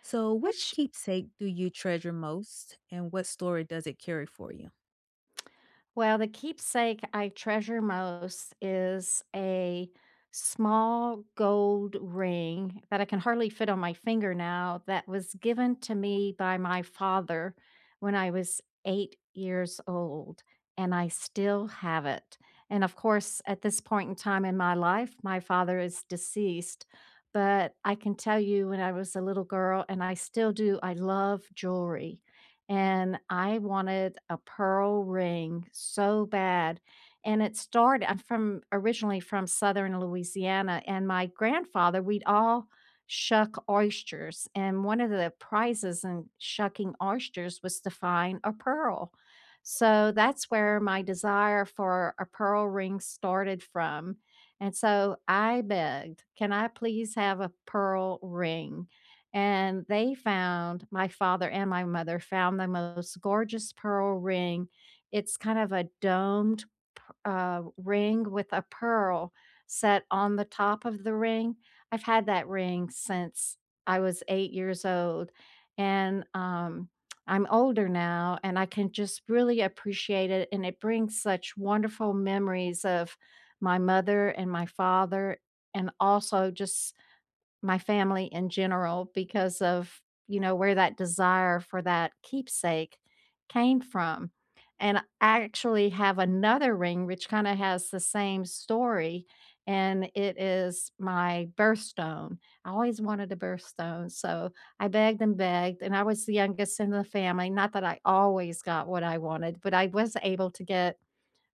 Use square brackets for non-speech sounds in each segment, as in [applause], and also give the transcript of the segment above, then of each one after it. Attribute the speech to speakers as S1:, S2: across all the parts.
S1: So, which
S2: Which
S1: keepsake do you treasure most, and what story does it carry for you?
S2: well, the keepsake I treasure most is a small gold ring that I can hardly fit on my finger now that was given to me by my father when I was 8 years old, and I still have it. And of course, at this point in time in my life, my father is deceased, but I can tell you when I was a little girl, and I still do, I love jewelry. And I wanted a pearl ring so bad. And it started I'm from originally from Southern Louisiana, and my grandfather, we'd all shuck oysters, and one of the prizes in shucking oysters was to find a pearl. So that's where my desire for a pearl ring started from. And so I begged, "Can I please have a pearl ring?" And they found my father and my mother found the most gorgeous pearl ring. It's kind of a domed ring with a pearl set on the top of the ring. I've had that ring since I was 8 years old, and I'm older now, and I can just really appreciate it. And it brings such wonderful memories of my mother and my father, and also just my family in general because of, you know, where that desire for that keepsake came from. And I actually have another ring which kinda has the same story, and it is my birthstone. I always wanted a birthstone, so I begged and begged, and I was the youngest in the family. Not that I always got what I wanted, but I was able to get,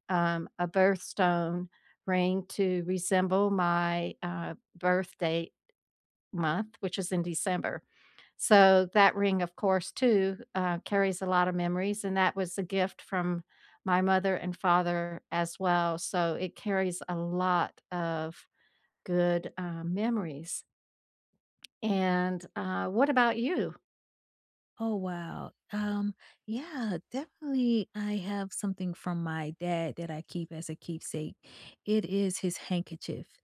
S2: a birthstone ring to resemble my, birth date month, which is in December. So that ring, of course, too, carries a lot of memories, and that was a gift from my mother and father as well. So it carries a lot of good memories. And what about you?
S1: Oh, wow. Yeah, definitely. I have something from my dad that I keep as a keepsake. It is his handkerchief.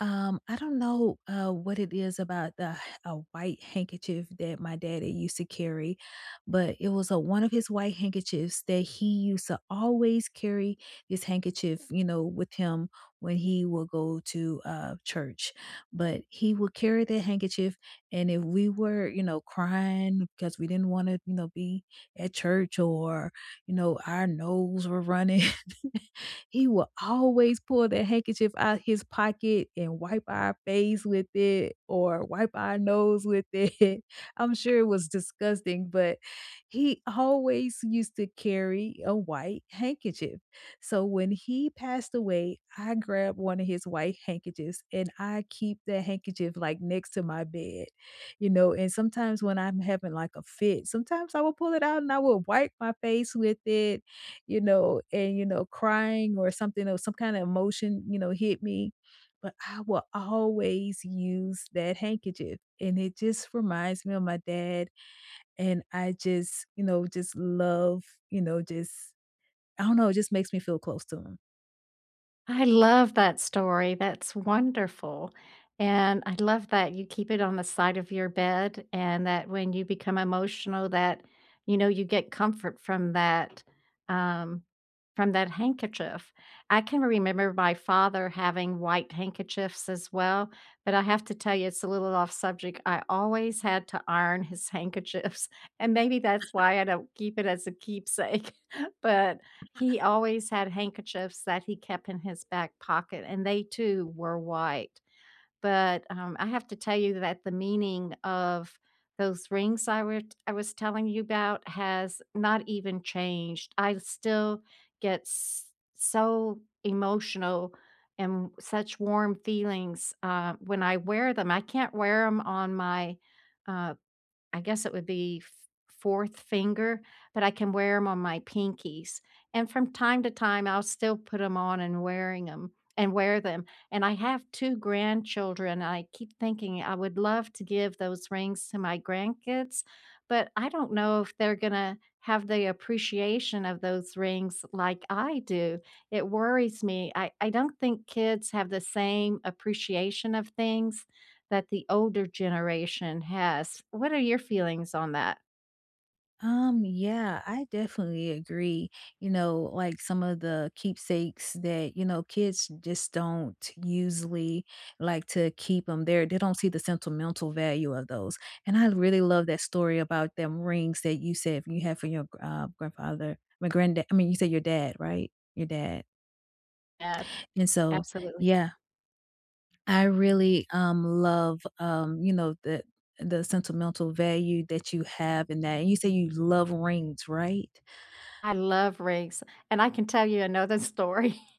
S1: I don't know what it is about a white handkerchief that my daddy used to carry, but it was a one of his white handkerchiefs that he used to always carry this handkerchief, with him when he would go to church. But he would carry that handkerchief, and if we were, crying because we didn't want to, be at church, or, our nose were running, [laughs] he would always pull that handkerchief out his pocket and wipe our face with it or wipe our nose with it. [laughs] I'm sure it was disgusting, but he always used to carry a white handkerchief. So when he passed away, I grabbed one of his white handkerchiefs, and I keep that handkerchief like next to my bed, and sometimes when I'm having like a fit, sometimes I will pull it out and I will wipe my face with it, and, crying or something, or some kind of emotion, hit me. But I will always use that handkerchief. And it just reminds me of my dad. And I just, just, I don't know, it just makes me feel close to him.
S2: I love that story, that's wonderful, and I love that you keep it on the side of your bed and that when you become emotional that, you know, you get comfort um, from that handkerchief. I can remember my father having white handkerchiefs as well, but I have to tell you, it's a little off subject, I always had to iron his handkerchiefs, [laughs] and maybe that's why I don't keep it as a keepsake, [laughs] but he always had handkerchiefs that he kept in his back pocket, and they too were white. But I have to tell you that the meaning of those rings I was telling you about has not even changed. I still get s so emotional and such warm feelings, when I wear them. I can't wear them on my, uh I guess it would be f fourth finger, but I can wear them on my pinkies, and from time to time, I'll still put them on and wear them, and I have 2 grandchildren. I keep thinking I would love to give those rings to my grandkids, but I don't know if they're gonna have the appreciation of those rings like I do. It worries me. I don't think kids have the same appreciation of things that the older generation has. What are your feelings on that?
S1: Yeah, I definitely agree. Like some of the keepsakes that, kids just don't usually like to keep them there. They don't see the sentimental value of those. And I really love that story about them rings that you said you had for your grandfather, my granddad. I mean, you said your dad, right? Your dad.
S2: Ad
S1: And so,
S2: Absolutely.
S1: yeah, I really love the sentimental value that you have in that. And you say you love rings, right?
S2: I love rings, and I can tell you another story. [laughs]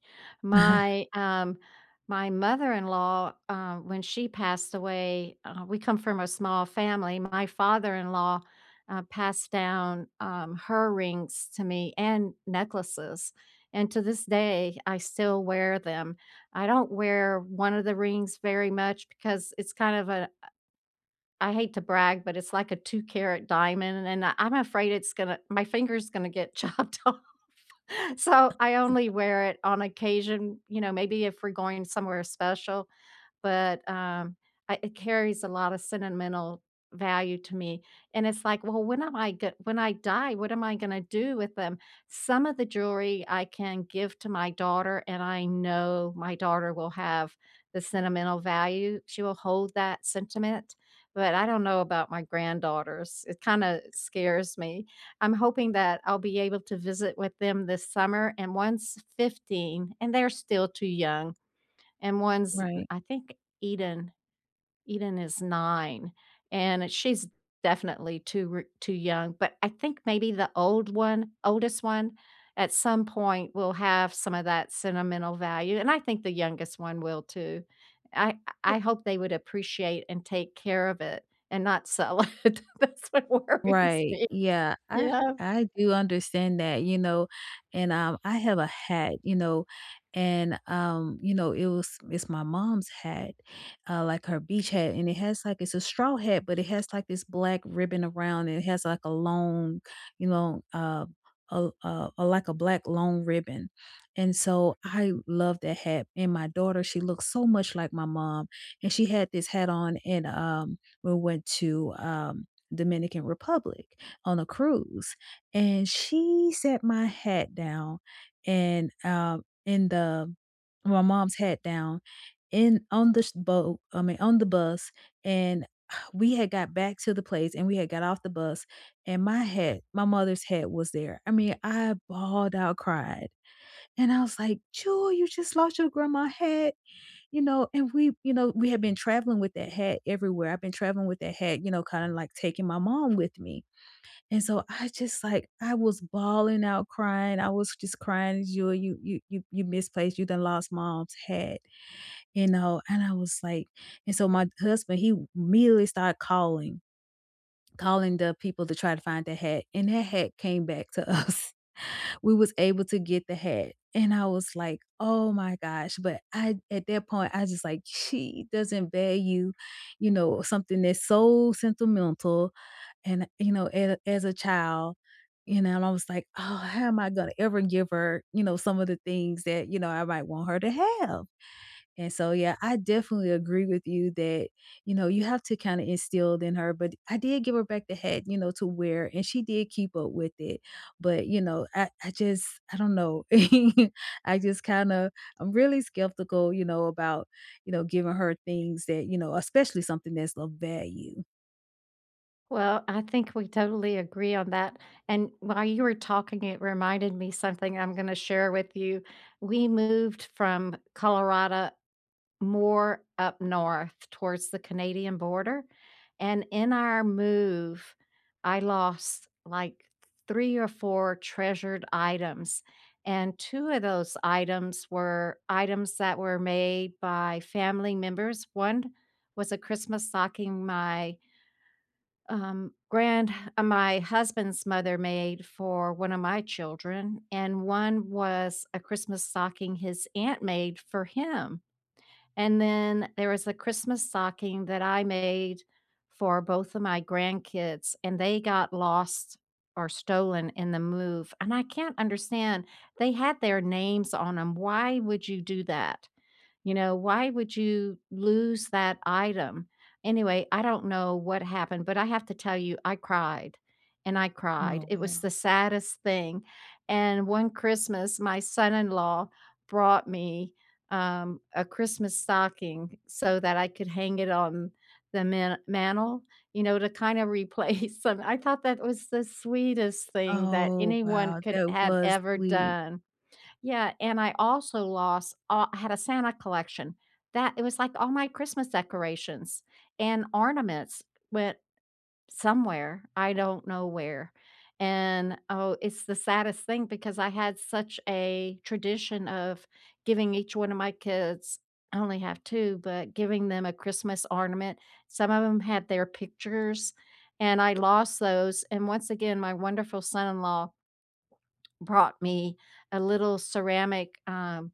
S1: [laughs]
S2: My my mother-in-law, when she passed away, we come from a small family. My father-in-law, passed down, her rings to me and necklaces, and to this day, I still wear them. I don't wear one of the rings very much because it's kind of a I hate to brag, but it's like a 2 carat diamond, and I'm afraid it's gonna my finger's gonna get [laughs] chopped off. So, I only wear it on occasion, you know, maybe if we're going somewhere special, but I it carries a lot of sentimental value to me, and it's like, "Well, when I die, what am I gonna do with them?" Some of the jewelry I can give to my daughter, and I know my daughter will have the sentimental value, she will hold that sentiment, but I don't know about my granddaughters, it kinda scares me. I'm hoping that I'll be able to visit with them this summer, and one's 15, and they're still too young and one's
S1: Right.
S2: I think Eden Eden is 9, and she's definitely too young, but I think maybe the oldest one, at some point, will have some of that sentimental value, and I think the youngest one will too. I I hope they would appreciate and take care of it and not sell it. [laughs] That's what worries
S1: Right.
S2: me.
S1: Yeah. I
S2: Yeah.
S1: I do understand that, and I have a hat, and it was it's my mom's hat, like her beach hat, and it has like it's a straw hat, but it has like this black ribbon around it. It has like a long, you know, uh a like a black long ribbon. And so I love that hat. And my daughter, she looks so much like my mom. And she had this hat on, and we went to Dominican Republic on a cruise, and she set my hat down, and in the my mom's hat down in on the boat, I mean on the bus, and [sighs] we had got back to the place and we had got off the bus, and my hat, my mother's hat was there. I mean, I bawled out, cried. And I was like, Jewel, you just lost your grandma hat. You know, and we you know, we have been traveling with that hat everywhere. I've been traveling with that hat, kinda like taking my mom with me. And so I just like I was bawling out crying. I was just crying, You misplaced, you done lost mom's hat," you know, and I was like, and so my husband, he immediately started calling the people to try to find that hat, and that hat came back to [laughs] us, we was able to get the hat. And I was like, "Oh my gosh," but I at that point, I just like, she doesn't value, something that's so sentimental, and, as a child, and I was like, "Oh, how am I gonna ever give her, you know, some of the things that, you know, I might want her to have?" And so, yeah, I definitely agree with you that, you have to kind of instill in her. But I did give her back the hat, to wear, and she did keep up with it. But I just, I don't know. [laughs] I just kind of, I'm really skeptical, about, giving her things that, especially something that's of value.
S2: Well, I think we totally agree on that. And while you were talking, it reminded me something I'm going to share with you. We moved from Colorado more up north towards the Canadian border. And in our move, I lost like three or four treasured items. And two of those items were items that were made by family members. One was a Christmas stocking my grand my husband's mother made for one of my children, and one was a Christmas stocking his aunt made for him. And then there was a Christmas stocking that I made for both of my grandkids, and they got lost or stolen in the move. And I can't understand. They had their names on them. Why would you do that? You know, why would you lose that item? Anyway, I don't know what happened, but I have to tell you, I cried and I cried.
S1: Oh,
S2: It was
S1: yeah.
S2: the saddest thing. And one Christmas, my son in law brought me a Christmas stocking so that I could hang it on the mantle, you know, to kind of [laughs] replace them. I thought that was the sweetest thing that
S1: Oh,
S2: anyone
S1: wow.
S2: could
S1: That
S2: had
S1: was
S2: ever
S1: sweet.
S2: done. Yeah, and I also lost all had a Santa collection. That It was like all my Christmas decorations and ornaments went somewhere, I don't know where. And, oh, it's the saddest thing because I had such a tradition of giving each one of my kids, I only have 2, but giving them a Christmas ornament. Some of them had their pictures, and I lost those, and once again, my wonderful son-in-law brought me a little ceramic,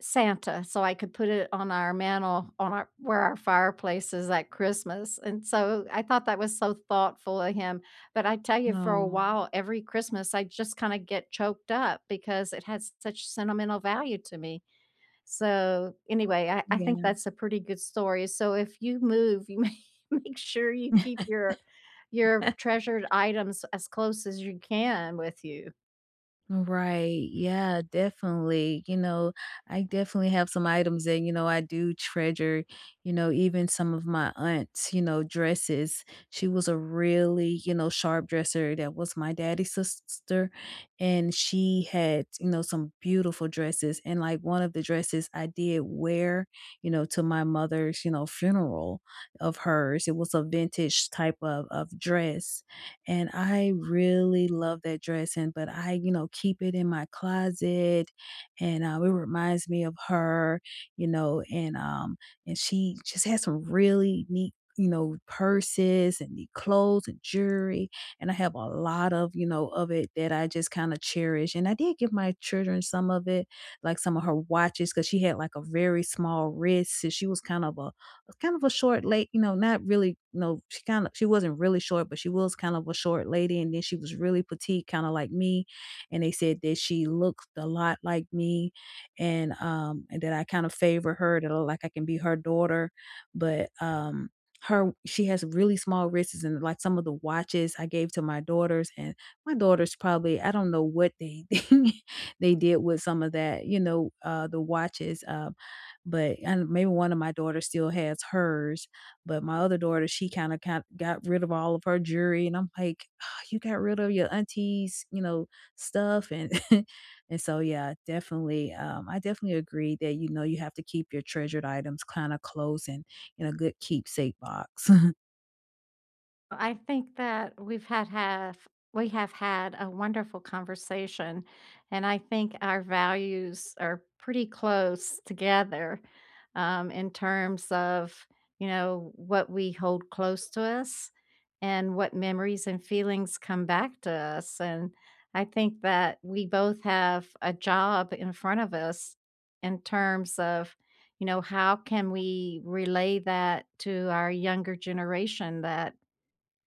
S2: Santa, so I could put it on our mantle on our where our fireplace is at Christmas, and so I thought that was so thoughtful of him, but I tell you for a
S1: Oh,
S2: while, every Christmas, I just kinda get choked up because it has such sentimental value to me. So, anyway, I think
S1: yeah.
S2: that's a pretty good story, so if you move, you [laughs] make sure you keep your treasured items as close as you can with you.
S1: Right. Yeah, definitely. You know, I definitely have some items that, I do treasure, even some of my aunt's, dresses. She was a really, sharp dresser. That was my daddy's sister. And she had, some beautiful dresses. And like one of the dresses I did wear, to my mother's, funeral of hers. It was a vintage type of dress, and I really love that dress. And but I, keep it in my closet, and it reminds me of her, you know. And she just has some really neat. You know, purses and neat clothes and jewelry. And I have a lot of, of it that I just kind of cherish. And I did give my children some of it, like some of her watches, because she had like a very small wrist. So she was kind of a was kind of a short late, not really, she kind of she wasn't really short, but she was kind of a short lady. And then she was really petite, kind of like me. And they said that she looked a lot like me, and that I kind of favor her, that I look like I can be her daughter. But her she has really small wrists, and like some of the watches I gave to my daughters, and my daughters probably I don't know what they [laughs] they did with some of that, you know, uh, the watches, uh, but and maybe one of my daughters still has hers, but my other daughter, she kind of got rid of all of her jewelry, and I'm like, "Ah, you got rid of your auntie's, you know, stuff," and [laughs] and so yeah, definitely, I definitely agree that you know you have to keep your treasured items kind of close and in a good keepsake box. [laughs]
S2: I think that we have had a wonderful conversation, and I think our values are pretty close together, in terms of, you know, what we hold close to us and what memories and feelings come back to us. And I think that we both have a job in front of us in terms of, you know, how can we relay that to our younger generation that,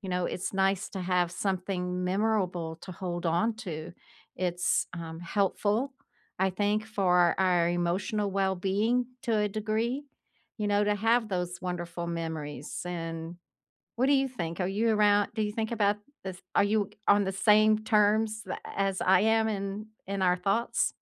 S2: you know, it's nice to have something memorable to hold on to. It's helpful, I think, for our emotional well-being to a degree, you know, to have those wonderful memories, and what do you think? Are you around do you think about this Are you on the same terms tha as I am in our thoughts?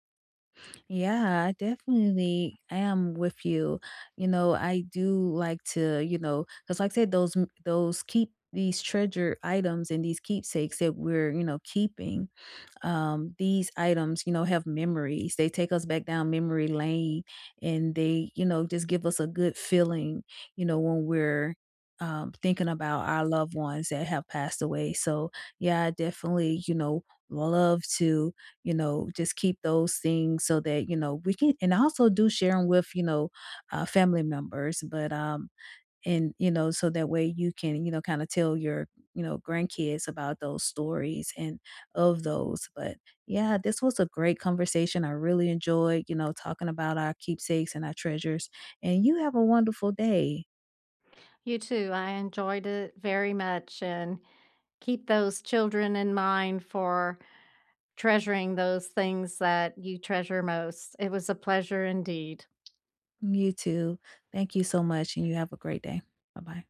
S1: Yeah, I definitely am with you. You know, I do like to, because like I said, those those keep these treasure items and these keepsakes that we're, keeping these items, have memories. They take us back down memory lane, and they, just give us a good feeling, when we're thinking about our loved ones that have passed away. So, yeah, I definitely, love to, just keep those things so that, we can, and also do share them with, family members. But and you know so that way you can you know kind of tell your you know grandkids about those stories and of those but yeah, this was a great conversation. I really enjoyed, you know, talking about our keepsakes and our treasures, and you have a wonderful day.
S2: You too, I enjoyed it very much, and keep those children in mind for treasuring those things that you treasure most. It was a pleasure indeed.
S1: You too, thank you so much, and you have a great day. Bye bye.